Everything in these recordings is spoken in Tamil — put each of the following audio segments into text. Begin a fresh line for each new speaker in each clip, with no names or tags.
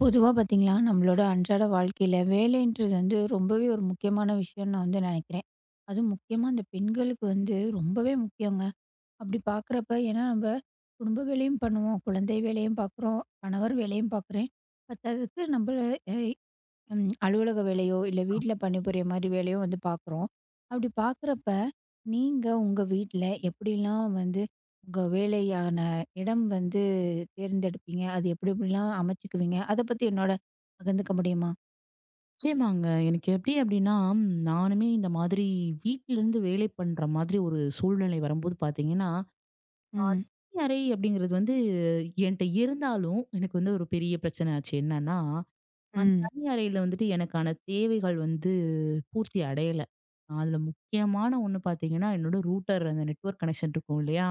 பொதுவா பார்த்தீங்களா, நம்மளோட அன்றாட வாழ்க்கையில வேலைன்றது வந்து ரொம்பவே ஒரு முக்கியமான விஷயம்னு நான் வந்து நினைக்கிறேன். அதுவும் முக்கியமா அந்த பெண்களுக்கு வந்து ரொம்பவே முக்கியங்க. அப்படி பார்க்குறப்ப ஏன்னா நம்ம குடும்ப வேலையும் பண்ணுவோம், குழந்தை வேலையும் பார்க்குறோம், கணவர் வேலையும் பார்க்குறேன். பத்தாததுக்கு நம்ம அ ம் அலுவலக வேலையோ, இல்ல வீட்ல பணிபுரிய மாரி வேலையோ வந்து பார்க்குறோம். அப்படி பார்க்குறப்ப நீங்க உங்க வீட்ல எப்படிலாம் வந்து உங்க வேலையான இடம் வந்து தேர்ந்தெடுப்பீங்க? அது எப்டி எப்டிலாம் அமைச்சுக்குவீங்க? அத பத்தி என்னோட பகிர்ந்துக்க முடியுமா?
நிச்சயமாங்க. எனக்கு எப்படி அப்படின்னா, நானுமே இந்த மாதிரி வீட்டிலிருந்து வேலை பண்ற மாதிரி ஒரு சூழ்நிலை வரும்போது பார்த்தீங்கன்னா,
ம்,
தனி அறை அப்படிங்கிறது வந்து என்ட்ட இருந்தாலும், எனக்கு வந்து ஒரு பெரிய பிரச்சனை ஆச்சு. என்னன்னா, அந்த
ம்.
தனி அறையில வந்துட்டு எனக்கான தேவைகள் வந்து பூர்த்தி அடையல. அதுல முக்கியமான ஒண்ணு பார்த்தீங்கன்னா, என்னோட ரூட்டர் அந்த நெட்வொர்க் கனெக்ஷன் இருக்கும் இல்லையா?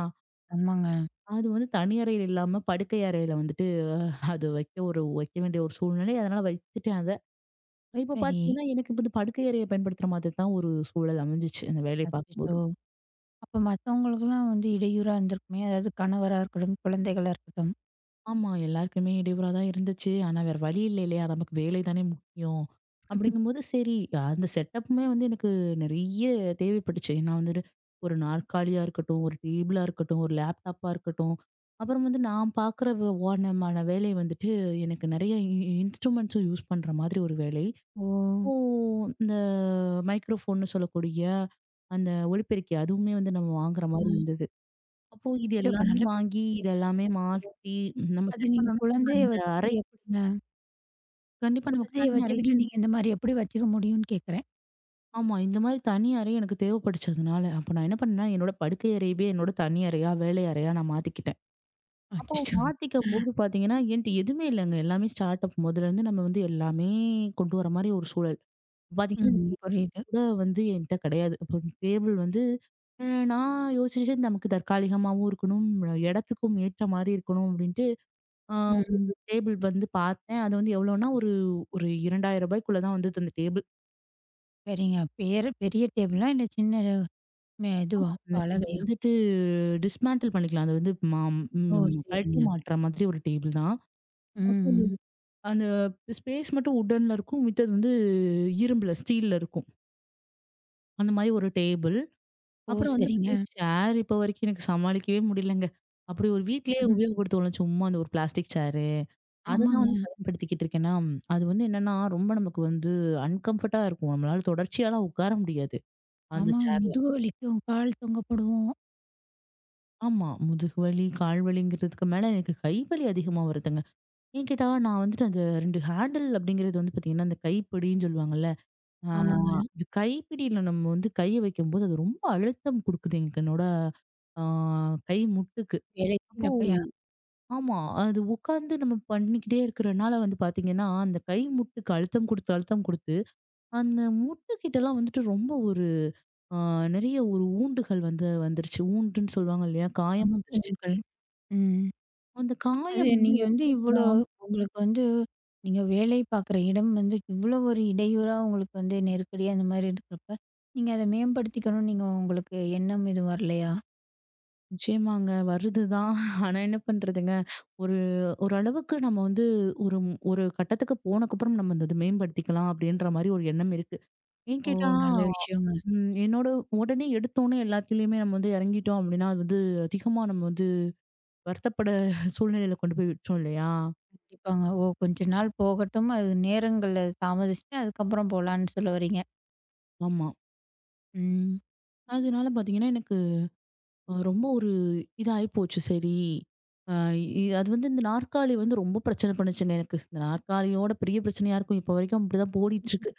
ஆமாங்க.
அது வந்து தனி அறையில இல்லாம படுக்கை அறையில வந்துட்டு அது வைக்க வேண்டிய ஒரு சூழ்நிலை. அதனால வச்சுட்டேன் அத. இப்ப
சரி.
பார்த்தீங்கன்னா, எனக்கு வந்து படுக்கை அறைய பயன்படுத்துற மாதிரி தான் ஒரு சூழல் அமைஞ்சுச்சு, அந்த வேலைய
அச்சச்சோ!
பார்க்கும்போது.
அப்ப மத்தவங்களுக்கெல்லாம் வந்து இடையூறா இருந்திருக்குமே! அதாவது கணவரா இருக்கட்டும், குழந்தைகளா இருக்கட்டும்.
ஆமா, எல்லாருக்குமே இடையூறா தான் இருந்துச்சு. ஆனா வேற வழி இல்ல இல்லையா? நமக்கு வேலை தானே முக்கியம். அப்படிங்கும்போது சரி, அந்த செட்டப்புமே வந்து எனக்கு நெறைய தேவைப்பட்டுச்சு. ஏன்னா வந்துட்டு, ஒரு நாற்காலியா இருக்கட்டும், ஒரு டேபிளா இருக்கட்டும், ஒரு லேப்டாப்பா இருக்கட்டும். அப்புறம் வந்து நான் பார்க்குற ஓனமான வேலை வந்துட்டு, எனக்கு நெறைய இன்ஸ்ட்ருமெண்ட்ஸும் யூஸ் பண்ற மாதிரி ஒரு வேலை.
ஓ!
அப்போ இந்த மைக்ரோஃபோன்னு சொல்லக்கூடிய அந்த ஒலிபெருக்கி அதுவுமே வந்து நம்ம வாங்குற மாரி
ம்.
இருந்தது. அப்போ இது
அச்சோ! அப்ப
எல்லாமே
நல்ல
வாங்கி,
பேச்சு.
இது எல்லாமே மாட்டி நம்ம
அது
செட்
நீங்க
பண்ணோம்னா,
குழந்தைய
அந்த அறை
வச்சுக்கிட்டு எப்படிங்க?
கண்டிப்பா நமக்கு
குழந்தைய
தனி அறை.
வச்சுக்கிட்டு நீங்க இந்த மாரி எப்படி வச்சுக்க முடியும்னு கேட்கிறேன்?
ஆமா, இந்த மாரி தனி அறை எனக்கு தேவைப்படுச்சதுனால, அப்ப நான் என்ன பண்ணேன்னா, என்னோட படுக்கை அறையவே என்னோட தனி அறையா, வேலை அறையா நான் மாத்திக்கிட்டேன். அப்போ
அச்சச்சோ!
மாத்திக்கும்போது பார்த்தீங்கன்னா, என்ட்ட எதுவுமே இல்லங்க. எல்லாமே ஸ்டார்ட் அப் முதல்லேருந்து நம்ம வந்து எல்லாமே கொண்டு வர மாரி ஒரு சூழல். பார்த்தீங்கன்னா, எனக்கு
ம். புரியுது.
கூட வந்து என்கிட்ட கிடையாது. அப்போ டேபிள் வந்து அ நான் யோசிச்சேன் நமக்கு தற்காலிகமாவும் இருக்கணும், இடத்துக்கும் ஏற்ற மாரி இருக்கணும் அப்படின்ட்டு, அ
ம்.
டேபிள் வந்து பார்த்தேன். அது வந்து எவ்வளோனா ஒரு ஒரு ரூ. 2000 தான் வந்தது அந்த டேபிள்.
சரிங்க. பேர பெரிய டேபிளா? இல்ல சின்ன இதுவா?
நம்ம
பலகையா?
வந்துட்டு டிஸ்மேண்டில் பண்ணிக்கலாம். அது வந்து மா
ஓ!
ம் கழட்டி
சரிங்க.
மாட்ற மாதிரி ஒரு டேபிள் தான். அப்போ
ம்.
அந்த ஸ்பேஸ் மட்டும் வுட்டன்ல இருக்கும். மித்தது வந்து இரும்புல, ஸ்டீல்ல இருக்கும். அந்த மாரி ஒரு டேபிள்.
ஓ!
அப்புறம் வந்து
சரிங்க.
பார்த்தீங்கன்னா, சேர் இப்போ வரைக்கும் எனக்கு சமாளிக்கவே முடியலங்க. அப்படி ஒரு வீட்லயே உபயோகப்படுத்துவோம்ல சும்மா அந்த ஒரு பிளாஸ்டிக் சேரு. அததான்
ஆமாங்க,
வந்து பயன்படுத்திக்கிட்டு இருக்கேன்னா, அது வந்து என்னன்னா, ரொம்ப நமக்கு வந்து அன்கம்ஃபர்ட்டா இருக்கும். நம்மளால தொடர்ச்சியாலாம் உட்கார முடியாது, அந்த
ஆமாங்க.
சேர்ல.
முதுகு வலிக்கும், கால் தொங்க போடுவோம்.
ஆமா. முதுகு வலி, கால் வலிங்கிறதுக்கு மேல எனக்கு கை வலி அதிகமா வருதுங்க. ஏன் கேட்டா, நான் வந்துட்டு அந்த 2 ஹேண்டில் அப்படிங்கிறது வந்து பார்த்தீங்கன்னா, அந்த கைப்பிடின்னு சொல்லுவாங்கல்ல. ஆ
ஆமாங்க.
அது கைப்பிடியில நம்ம வந்து கைய வைக்கும்போது, அது ரொம்ப அழுத்தம் குடுக்குது எனக்கு என்னோட ஆ கை முட்டுக்கு.
வேலைக்கு
அப்போ
செய்றப்பயா
ஆமா. அது உட்கார்ந்து நம்ம பண்ணிக்கிட்டே இருக்கிறனால வந்து பாத்தீங்கன்னா, அந்த கை முட்டுக்கு அழுத்தம் குடுத்து, அழுத்தம் குடுத்து, அந்த முட்டு கிட்டலாம் வந்துட்டு ரொம்ப ஒரு அ நெறைய ஒரு ஊண்டுகள் வந்து வந்துருச்சு. ஊண்டுன்னு சொல்லுவாங்க இல்லையா? காயம்
ஆமா
வந்துருச்சு.
பெண்கள். ம்.
அந்த
அது
காயம் வந்து
நீங்க வந்து
எப்படி
இவ்வளோ
இருக்குன்னா
உங்களுக்கு வந்து நீங்க வேலை பார்க்குற இடம் வந்து இவ்வளோ ஒரு இடையூறா உங்களுக்கு வந்து நெருக்கடியா இந்த மாரி இருக்கிறப்ப, நீங்க அத மேம்படுத்திக்கணும்னு நீங்க உங்களுக்கு எண்ணம் எதுவும் வரலையா?
நிச்சயமாங்க வருதுதான். ஆனா என்ன பண்றதுங்க? ஒரு ஓரளவுக்கு நம்ம வந்து ஒரு ஒரு கட்டத்துக்கு போனக்கப்புறம் நம்ம அந்த இது மேம்படுத்திக்கலாம் அப்படின்ற மாரி ஒரு எண்ணம் இருக்கு. ஏன்
ஓ!
கேட்டா
நல்ல விஷயங்க.
என்னோட உடனே எடுத்தோனே எல்லாத்துலயுமே நம்ம வந்து இறங்கிட்டோம் அப்படின்னா, அது வந்து அதிகமா நம்ம வந்து வருத்தப்பட சூழ்நிலையில கொண்டு போய் விட்டுரும் இல்லையா?
கண்டிப்பாங்க. ஓ! கொஞ்ச நாள் போகட்டும். அது நேரங்கள்ல தாமதிச்சுட்டு அதுக்கப்புறம் போலான்னு சொல்ல வர்றீங்க.
ஆமா.
ம்.
அதனால பார்த்தீங்கன்னா, எனக்கு ரொம்ப ஒரு இதாயி போச்சு. சரி, அ இ அது வந்து இந்த நாற்காலி வந்து ரொம்ப பிரச்சனை பண்ணுச்சுங்க எனக்கு. இந்த நாற்காலியோட பெரிய பிரச்சனையா இருக்கும். இப்போ வரைக்கும் அப்படிதான் ஓடிட்டுருக்கு.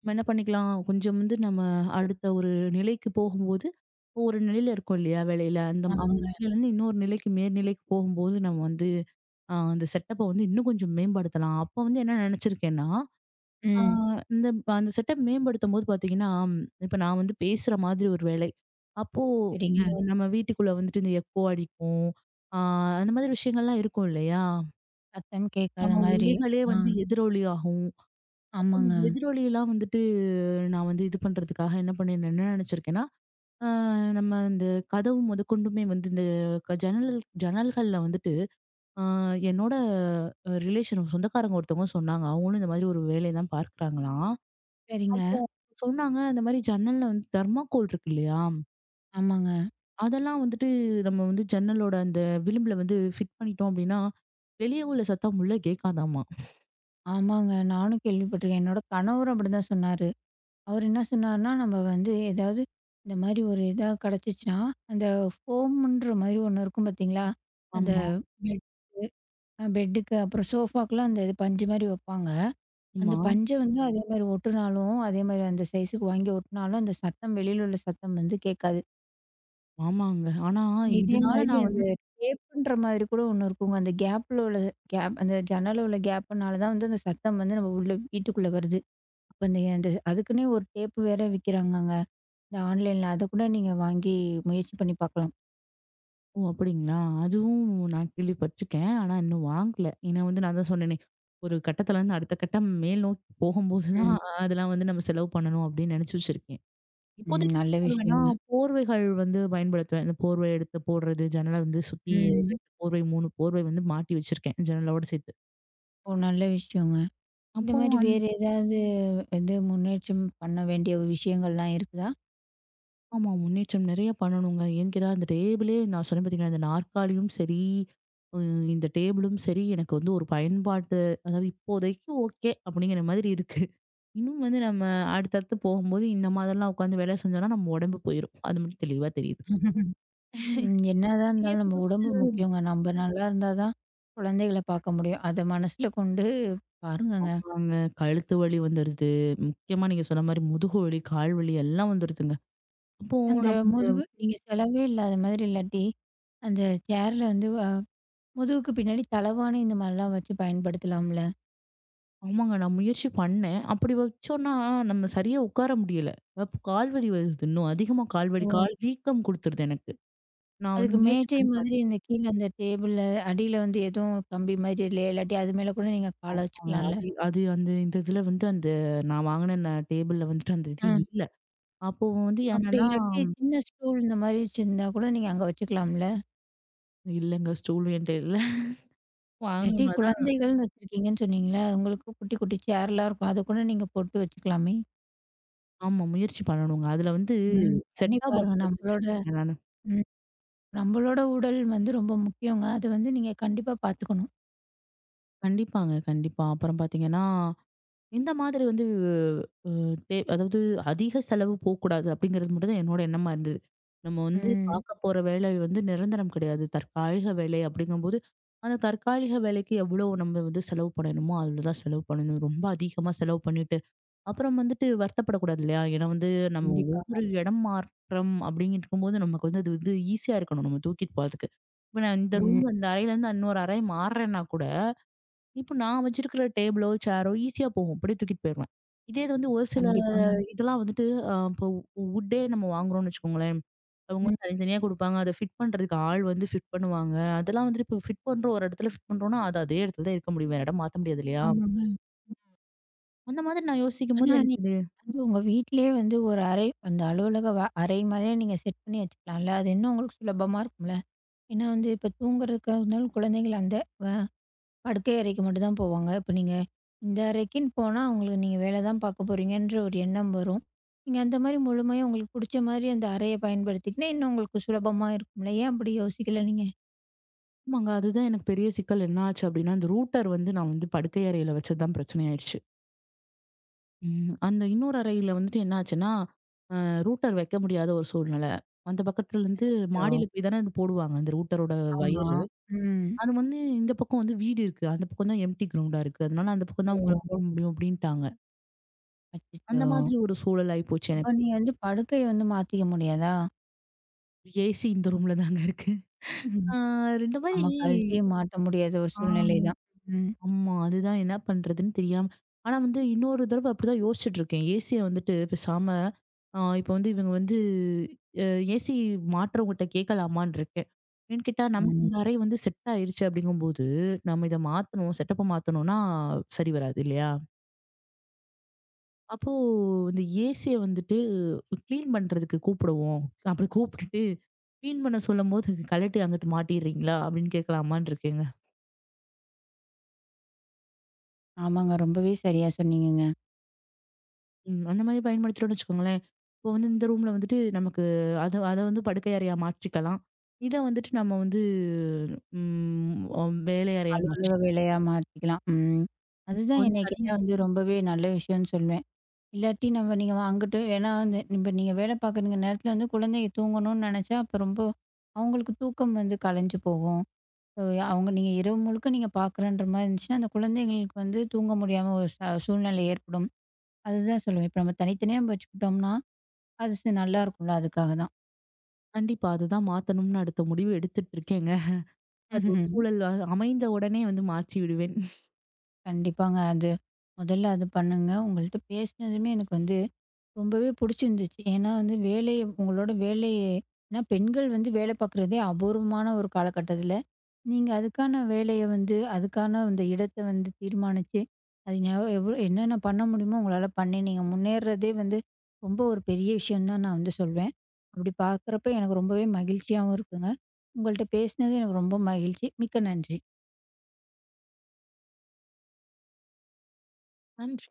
நம்ம என்ன பண்ணிக்கலாம், கொஞ்சம் வந்து நம்ம அடுத்த ஒரு நிலைக்கு போகும்போது, ஒரு நிலையில இருக்கோம் இல்லையா வேலையில, அந்த அந்த
ஆமாங்க.
நிலையிலேருந்து இன்னொரு நிலைக்கு மேல்நிலைக்கு போகும்போது நம்ம வந்து அந்த செட்டப்ப வந்து இன்னும் கொஞ்சம் மேம்படுத்தலாம். அப்ப வந்து என்ன நினைச்சிருக்கேன்னா, ஆ
ம்.
இந்த அந்த செட்டப் மேம்படுத்தும்போது பார்த்தீங்கன்னா, இப்ப நான் வந்து பேசுற மாதிரி ஒரு வேலை. அப்போ
சரிங்க.
நம்ம வீட்டுக்குள்ள வந்துட்டு இந்த எக்கோ அடிக்கும். ஆ அந்த மாதிரி விஷயங்கள்லாம் இருக்கும் இல்லையா?
சத்தம் கேட்காத
நம்ம
மாதிரி.
ஒலிகளே
ஆ,
வந்து எதிரொலி ஆகும். இந்த
ஆமாங்க.
எதிரொலிலாம் வந்துட்டு நான் வந்து இது பண்றதுக்காக என்ன பண்ணிருந்தேன் என்ன நினைச்சிருக்கேன்னா, ஆ நம்ம இந்த கதவு முதற்கொண்டுமே வந்து இந்த க ஜன்னல் ஜன்னல்கள்ல வந்துட்டு ஆ என்னோட ரிலேஷன் சொந்தக்காரங்க ஒருத்தவங்க சொன்னாங்க. அவங்களும் இந்த மாதிரி ஒரு வேலைய தான் பார்க்குறாங்களாம்.
சரிங்க.
அப்போ சொன்னாங்க அந்த மாதிரி ஜன்னல்ல வந்து தெர்மாக்கோல் இருக்கு இல்லையா?
ஆமாங்க,
அதெல்லாம் வந்துட்டு நம்ம வந்து ஜன்னலோட அந்த விளிம்புல வந்து ஃபிட் பண்ணிட்டோம் அப்படின்னா, வெளிய உள்ள சத்தம் உள்ள கேட்காதாமா.
ஆமாங்க. நானும் கேள்விப்பட்டுருக்கேன். என்னோட கணவரும் அப்படிதான் சொன்னாரு. அவரு என்ன சொன்னாருன்னா, நம்ம வந்து ஏதாவது இந்த மாரி ஒரு இதா கிடைச்சிச்சுன்னா, அந்த ஃபோம்ன்ற மாரி ஒண்ணு இருக்கும் பார்த்தீங்களா? அந்த
ஆமா,
பெட் பெட்டுக்கு அப்புறம் சோஃபாக்குலாம் அந்த இது பஞ்சு மாரி வைப்பாங்க. அந்த
ஆமா,
பஞ்ச வந்து அதே மாரி ஒட்டுனாலும், அதே மாரி அந்த சைஸுக்கு வாங்கி ஒட்டுனாலும், அந்த சத்தம் வெளியில உள்ள சத்தம் வந்து கேட்காது.
ஆமாங்க. ஆனா
இதே
இதனால
மாதிரி
நான்
அந்த
வந்து
கேப்புன்ற மாதிரி கூட ஒண்ணு இருக்குங்க. அந்த கேப்ல உள்ள கேப் அந்த ஜன்னல்ல உள்ள கேப்னால தான் வந்து அந்த சத்தம் வந்து நம்ம உள்ள வீட்டுக்குள்ள வருது. அப்ப அந்த அந்த அதுக்குன்னே ஒரு டேப் வேற விக்கிறாங்கங்க. இந்த ஆன்லைன்ல அத கூட நீங்க வாங்கி முயற்சி பண்ணி பார்க்கலாம்.
ஓ! அப்படிங்களா? அதுவும் நான் கேள்விப்பட்டுருக்கேன். ஆனா இன்னும் வாங்கல. ஏன்னா வந்து நான் தான் சொன்னேனே, ஒரு கட்டத்துலருந்து அடுத்த கட்டம் மேல் நோக்கி போகும்போது தான்
ம்.
அதெல்லாம் வந்து நம்ம செலவு பண்ணணும் அப்படின்னு நினைச்சு வச்சிருக்கேன்.
ம்.
இப்போதைக்கு
நல்ல
என்ன பண்ணுவேன்னா,
விஷயங்க.
போர்வைகள் வந்து பயன்படுத்துவேன். இந்த போர்வை எடுத்து போடுறது, ஜன்னல வந்து சுத்தி ஒரு
ம்.
2 போர்வை, 3 போர்வை வந்து மாட்டி வச்சிருக்கேன், ஜன்னலோட சேர்த்து.
ஓ! நல்ல விஷயங்க. இந்த
அப்போ
மாதிரி வேற ஏதாவது வந்து முன்னேற்றம் பண்ண வேண்டிய விஷயங்கள்லாம் இருக்குதா?
ஆமா முன்னேற்றம் நெறைய பண்ணணுங்க. ஏன்னு கேட்டா, அந்த டேபிளே நான் சொன்னேன் பார்த்தீங்களா, இந்த நாற்காலியும் சரி, அ இந்த டேபிளும் சரி, எனக்கு வந்து ஒரு பயன்பாட்டு அதாவது இப்போதைக்கு ஓகே அப்படிங்கிற மாதிரி இருக்கு. இன்னும் வந்து நம்ம அடுத்தடுத்து போகும்போது இந்த மாதிரிலாம் உட்காந்து வேலை செஞ்சோம்னா, நம்ம உடம்பு போயிரும். அது மட்டும் தெளிவா
ம். என்னதான் இருந்தாலும் நம்ம
தெரியுது.
உடம்பு முக்கியங்க. நம்ம நல்லா இருந்தா தான் குழந்தைகள பார்க்க முடியும். அத மனசுல கொண்டு பாருங்கங்க.
ஆமாங்க. கழுத்து வலி வந்துருது. முக்கியமா நீங்க சொன்ன மாரி முதுகு வலி, கால் வலி எல்லாம் வந்துருதுங்க. அப்போ
அந்த
நம்ம இந்த
முதுகு நீங்க செலவே இல்லாத மாதிரி இல்லாட்டி, அந்த சேர்ல வந்து முதுகுக்கு பின்னாடி தலவாணி இந்த மாரிலாம் வச்சு பயன்படுத்தலாம்ல?
ஆமாங்க நான் முயற்சி பண்ணேன். அப்படி வச்சோன்னா, நம்ம சரியா உட்கார முடியல. அப்ப கால் வலி வருது. இன்னும் அதிகமா கால் வலி,
ஓ!
கால் வீக்கம் குடுத்துருது எனக்கு. நான் வந்து
அதுக்கு
முயற்சி
மேஜை
பண்ணி பார்த்தேன்.
மாதிரி இந்த கீழ அந்த டேபிள்ல அடியில வந்து எதுவும் கம்பி மாதிரி இல்லையா? இல்லாட்டி அது மேல கூட நீங்க கால
ஆமா.
வச்சுக்கலாம்ல?
அது அது அந்த இந்த இதுல வந்து அந்த நான் வாங்குன டேபிள்ல வந்துட்டு அந்த இது
ஆ.
இல்ல. அப்போ வந்து
அப்படி
என்னன்னா
இல்லாட்டி சின்ன ஸ்டூல் இந்த மாரி வச்சிருந்தா கூட நீங்க அங்க வச்சுக்கலாம்ல?
இல்லங்க ஸ்டூல் என்ட்ட இல்ல.
இல்லாட்டி
வாங்கணும்னா தான்
குழந்தைகள்னு வச்சிருக்கீங்கன்னு சொன்னீங்கல்ல? உங்களுக்கு குட்டி குட்டி சேர்லாம் இருக்கும். அத கூட நீங்க போட்டு வச்சுக்கலாமே?
ஆமா முயற்சி பண்ணணுங்க. அதுல வந்து
ம். பண்ணி
செட் டாப்
பாருங்க.
பாக்ஸ் வச்சு
நம்மளோட
வச்சிருக்கேங்க.
ம். நம்மளோட உடல் வந்து ரொம்ப முக்கியங்க. அது வந்து நீங்க கண்டிப்பா பார்த்துக்கணும்.
கண்டிப்பாங்க. கண்டிப்பா. அப்புறம் பார்த்தீங்கன்னா, இந்த மாதிரி வந்து அ தே அதாவது அதிக செலவு போக்கூடாது அப்படிங்கிறது மட்டும் தான் என்னோட எண்ணமா இருந்தது. நம்ம வந்து
ம்.
பார்க்க போற வேலை வந்து நிரந்தரம் கிடையாது. தற்காலிக வேலை அப்படிங்கும்போது, அந்த தற்காலிக வேலைக்கு எவ்வளோ நம்ம வந்து செலவு பண்ணணுமோ, அவ்வளோ தான் செலவு பண்ணணும். ரொம்ப அதிகமா செலவு பண்ணிட்டு, அப்புறம் வந்துட்டு வருத்தப்படக்கூடாது இல்லையா? ஏன்னா வந்து நம்ம
கண்டிப்பா.
ஒவ்வொரு இடம் மாற்றம் அப்படின்னு இருக்கும்போது, நமக்கு வந்து அது வந்து ஈஸியா இருக்கணும், நம்ம தூக்கிட்டு போறதுக்கு. இப்ப நான் இந்த
ம்.
ரூம் இந்த அறையிலேருந்து இன்னொரு அறை மாறுறேன்னா கூட இப்போ நான் வச்சிருக்கிற டேபிளோ, சேரோ ஈஸியா போகும். அப்படியே தூக்கிட்டு போயிருவேன். இதே இது வந்து ஒரு சில
கண்டிப்பாங்க.
இதெல்லாம் வந்துட்டு இப்போ வுட்டே நம்ம வாங்குறோம்னு வச்சுக்கோங்களேன். அவங்க
ம்.
வந்து தனித்தனியா குடுப்பாங்க. அத ஃபிட் பண்றதுக்கு ஆள் வந்து ஃபிட் பண்ணுவாங்க. அதெல்லாம் வந்துட்டு இப்போ ஃபிட் பண்றோம் ஒரு இடத்துல ஃபிட் பண்றோம்னா, அது அதே இடத்துல தான் இருக்க முடியும். வேற இடம் மாத்த முடியாது இல்லையா?
ஆமாங்க.
அந்த மாதிரி நான்
ஆனா,
யோசிக்கும்போது எனக்கு
நீங்க
இது
வந்து உங்க வீட்லயே வந்து ஒரு அறை அந்த அலுவலக அறை மாதிரியே நீங்க செட் பண்ணி வச்சுக்கலாம்ல. அது இன்னும் உங்களுக்கு சுலபமா இருக்கும்ல. ஏன்னா வந்து இப்ப தூங்குறதுக்காகனாலும் குழந்தைகள் அந்த வ படுக்கை அறைக்கு மட்டும் தான் போவாங்க. இப்ப நீங்க இந்த அறைக்குன்னு போனா, உங்களுக்கு நீங்க வேல தான் பார்க்க போறீங்கன்ற ஒரு எண்ணம் வரும். நீங்க அந்த மாரி முழுமையா உங்களுக்கு புடிச்ச மாரி அந்த அறைய பயன்படுத்திக்கினா, இன்னும் உங்களுக்கு சுலபமா இருக்கும்ல. ஏன் அப்படி யோசிக்கல நீங்க?
ஆமாங்க. அதுதான் எனக்கு பெரிய சிக்கல். என்ன ஆச்சு அப்படின்னா, அந்த ரூட்டர் வந்து நான் வந்து படுக்கை அறையில வச்சது தான் பிரச்சனை ஆயிருச்சு. ம். அந்த இன்னொரு அறையில வந்துட்டு என்ன ஆச்சுன்னா, அ ரூட்டர் வைக்க முடியாத ஒரு சூழ்நிலை. அந்த பக்கத்துலருந்து மாடியில போய் தானே அது போடுவாங்க, அந்த ரூட்டரோட
ஆமா.
வயரு.
ம்.
அது வந்து இந்த பக்கம் வந்து வீடு இருக்கு. அந்த பக்கம் தான் எம்ப்டி கிரவுண்டா இருக்கு. அதனால அந்த பக்கம் தான் அவங்கள
ஓ!
போட முடியும் அப்படின்ட்டாங்க. அந்த
அச்சச்சோ!
மாதிரி ஒரு சூழல் ஆயி போச்சு
அப்ப
எனக்கு.
நீங்க வந்து படுக்கைய வந்து மாத்திக்க முடியாதா?
ஏசி இந்த ரூம்ல தாங்க இருக்கு.
ம்ஹ்ம்.
ஆ இந்த மாரி
ஆமா. கழட்டியே மாட்ட முடியாத ஒரு
ஆ.
சூழ்நிலை தான். ம்.
ஆமா. அதுதான் என்ன பண்றதுன்னு தெரியாம ஆனா வந்து இன்னொரு தடவ அப்படிதான் யோசிச்சுட்டு இருக்கேன். ஏசிய வந்துட்டு பேசாம இப்போ வந்து இவங்க வந்து அ ஏசி மாற்றவங்ககிட்ட கேட்கலாமான்னு இருக்கேன். ஏன்னு கேட்டா, நமக்கு
ம்.
இந்த அறை வந்து செட் ஆயிருச்சு அப்படிங்கும்போது, நம்ம இத மாத்தணும், செட்டப்ப மாத்தணும்னா சரி வராது இல்லையா? அப்போ இந்த ஏசிய வந்துட்டு கிளீன் பண்றதுக்கு கூப்பிடுவோம். அப்படி கூப்பிட்டுட்டு கிளீன் பண்ண சொல்லும்போது, "கழட்டி அங்கிட்டு மாட்டிர்றீங்களா?" அப்படின்னு கேட்கலாமான்னு இருக்கேங்க.
ஆமாங்க. ரொம்பவே சரியா சொன்னீங்கங்க.
ம். அந்த மாரி பயன்படுத்துறோம்னு வச்சுக்கோங்களேன். இப்போ வந்து இந்த ரூம்ல வந்துட்டு நமக்கு அத அத வந்து படுக்கை அறையா மாற்றிக்கலாம். இத வந்துட்டு நம்ம வந்து ம் அ வேலை அறையா
அலுவலக
மாற்றிக்கலாம்.
வேலையா மாத்திக்கலாம். ம்.
இப்போ
அதுதான்
வந்து
என்னைய கேட்டா
தனியா
வந்து ரொம்பவே நல்ல விஷயம்னு சொல்லுவேன். இல்லாட்டி நம்ம நீங்க அங்கிட்டு ஏன்னா வந்து இப்ப நீங்க வேலை பார்க்குறீங்க நேரத்துல வந்து குழந்தைங்க தூங்கணும்னு நெனச்சா, அப்ப ரொம்ப அவங்களுக்கு தூக்கம் வந்து கலைஞ்சு போகும். ஓ! அவங்க நீங்க இரவு முழுக்க நீங்க பார்க்குறன்ற மாரி இருந்துச்சுன்னா, அந்த குழந்தைங்களுக்கு வந்து தூங்க முடியாம ஒரு சூழ்நிலை ஏற்படும். அதுதான் சொல்லுவேன். இப்ப நம்ம தனித்தனியா நம்ம வச்சுக்கிட்டோம்னா, அது நல்லாயிருக்கும்ல அதுக்காக தான்.
கண்டிப்பா அதுதான் மாத்தணும்னு அடுத்த முடிவு எடுத்துட்டு இருக்கேங்க. அது ஒரு
ம்ஹ்ம்.
சூழல் அமைந்த உடனே வந்து மாற்றி விடுவேன்.
கண்டிப்பாங்க. அது முதல்ல அது பண்ணுங்க. உங்கள்ட்ட பேசினதுமே எனக்கு வந்து ரொம்பவே புடிச்சிருந்துச்சு. ஏன்னா வந்து வேலை உங்களோட வேலை ஏன்னா பெண்கள் வந்து வேலை பார்க்குறதே அபூர்வமான ஒரு காலகட்டத்தில, நீங்க அதுக்கான வேலைய வந்து, அதுக்கான அந்த இடத்த வந்து தீர்மானிச்சு, அது எவ்ளோ என்னென்ன பண்ண முடியுமோ உங்களால பண்ணி, நீங்க முன்னேறுறதே வந்து ரொம்ப ஒரு பெரிய விஷயம் தான் நான் வந்து சொல்வேன். அப்படி பார்க்குறப்ப எனக்கு ரொம்பவே மகிழ்ச்சியாவும் இருக்குங்க. உங்கள்ட்ட பேசினது எனக்கு ரொம்ப மகிழ்ச்சி. மிக்க நன்றி.
நன்றி.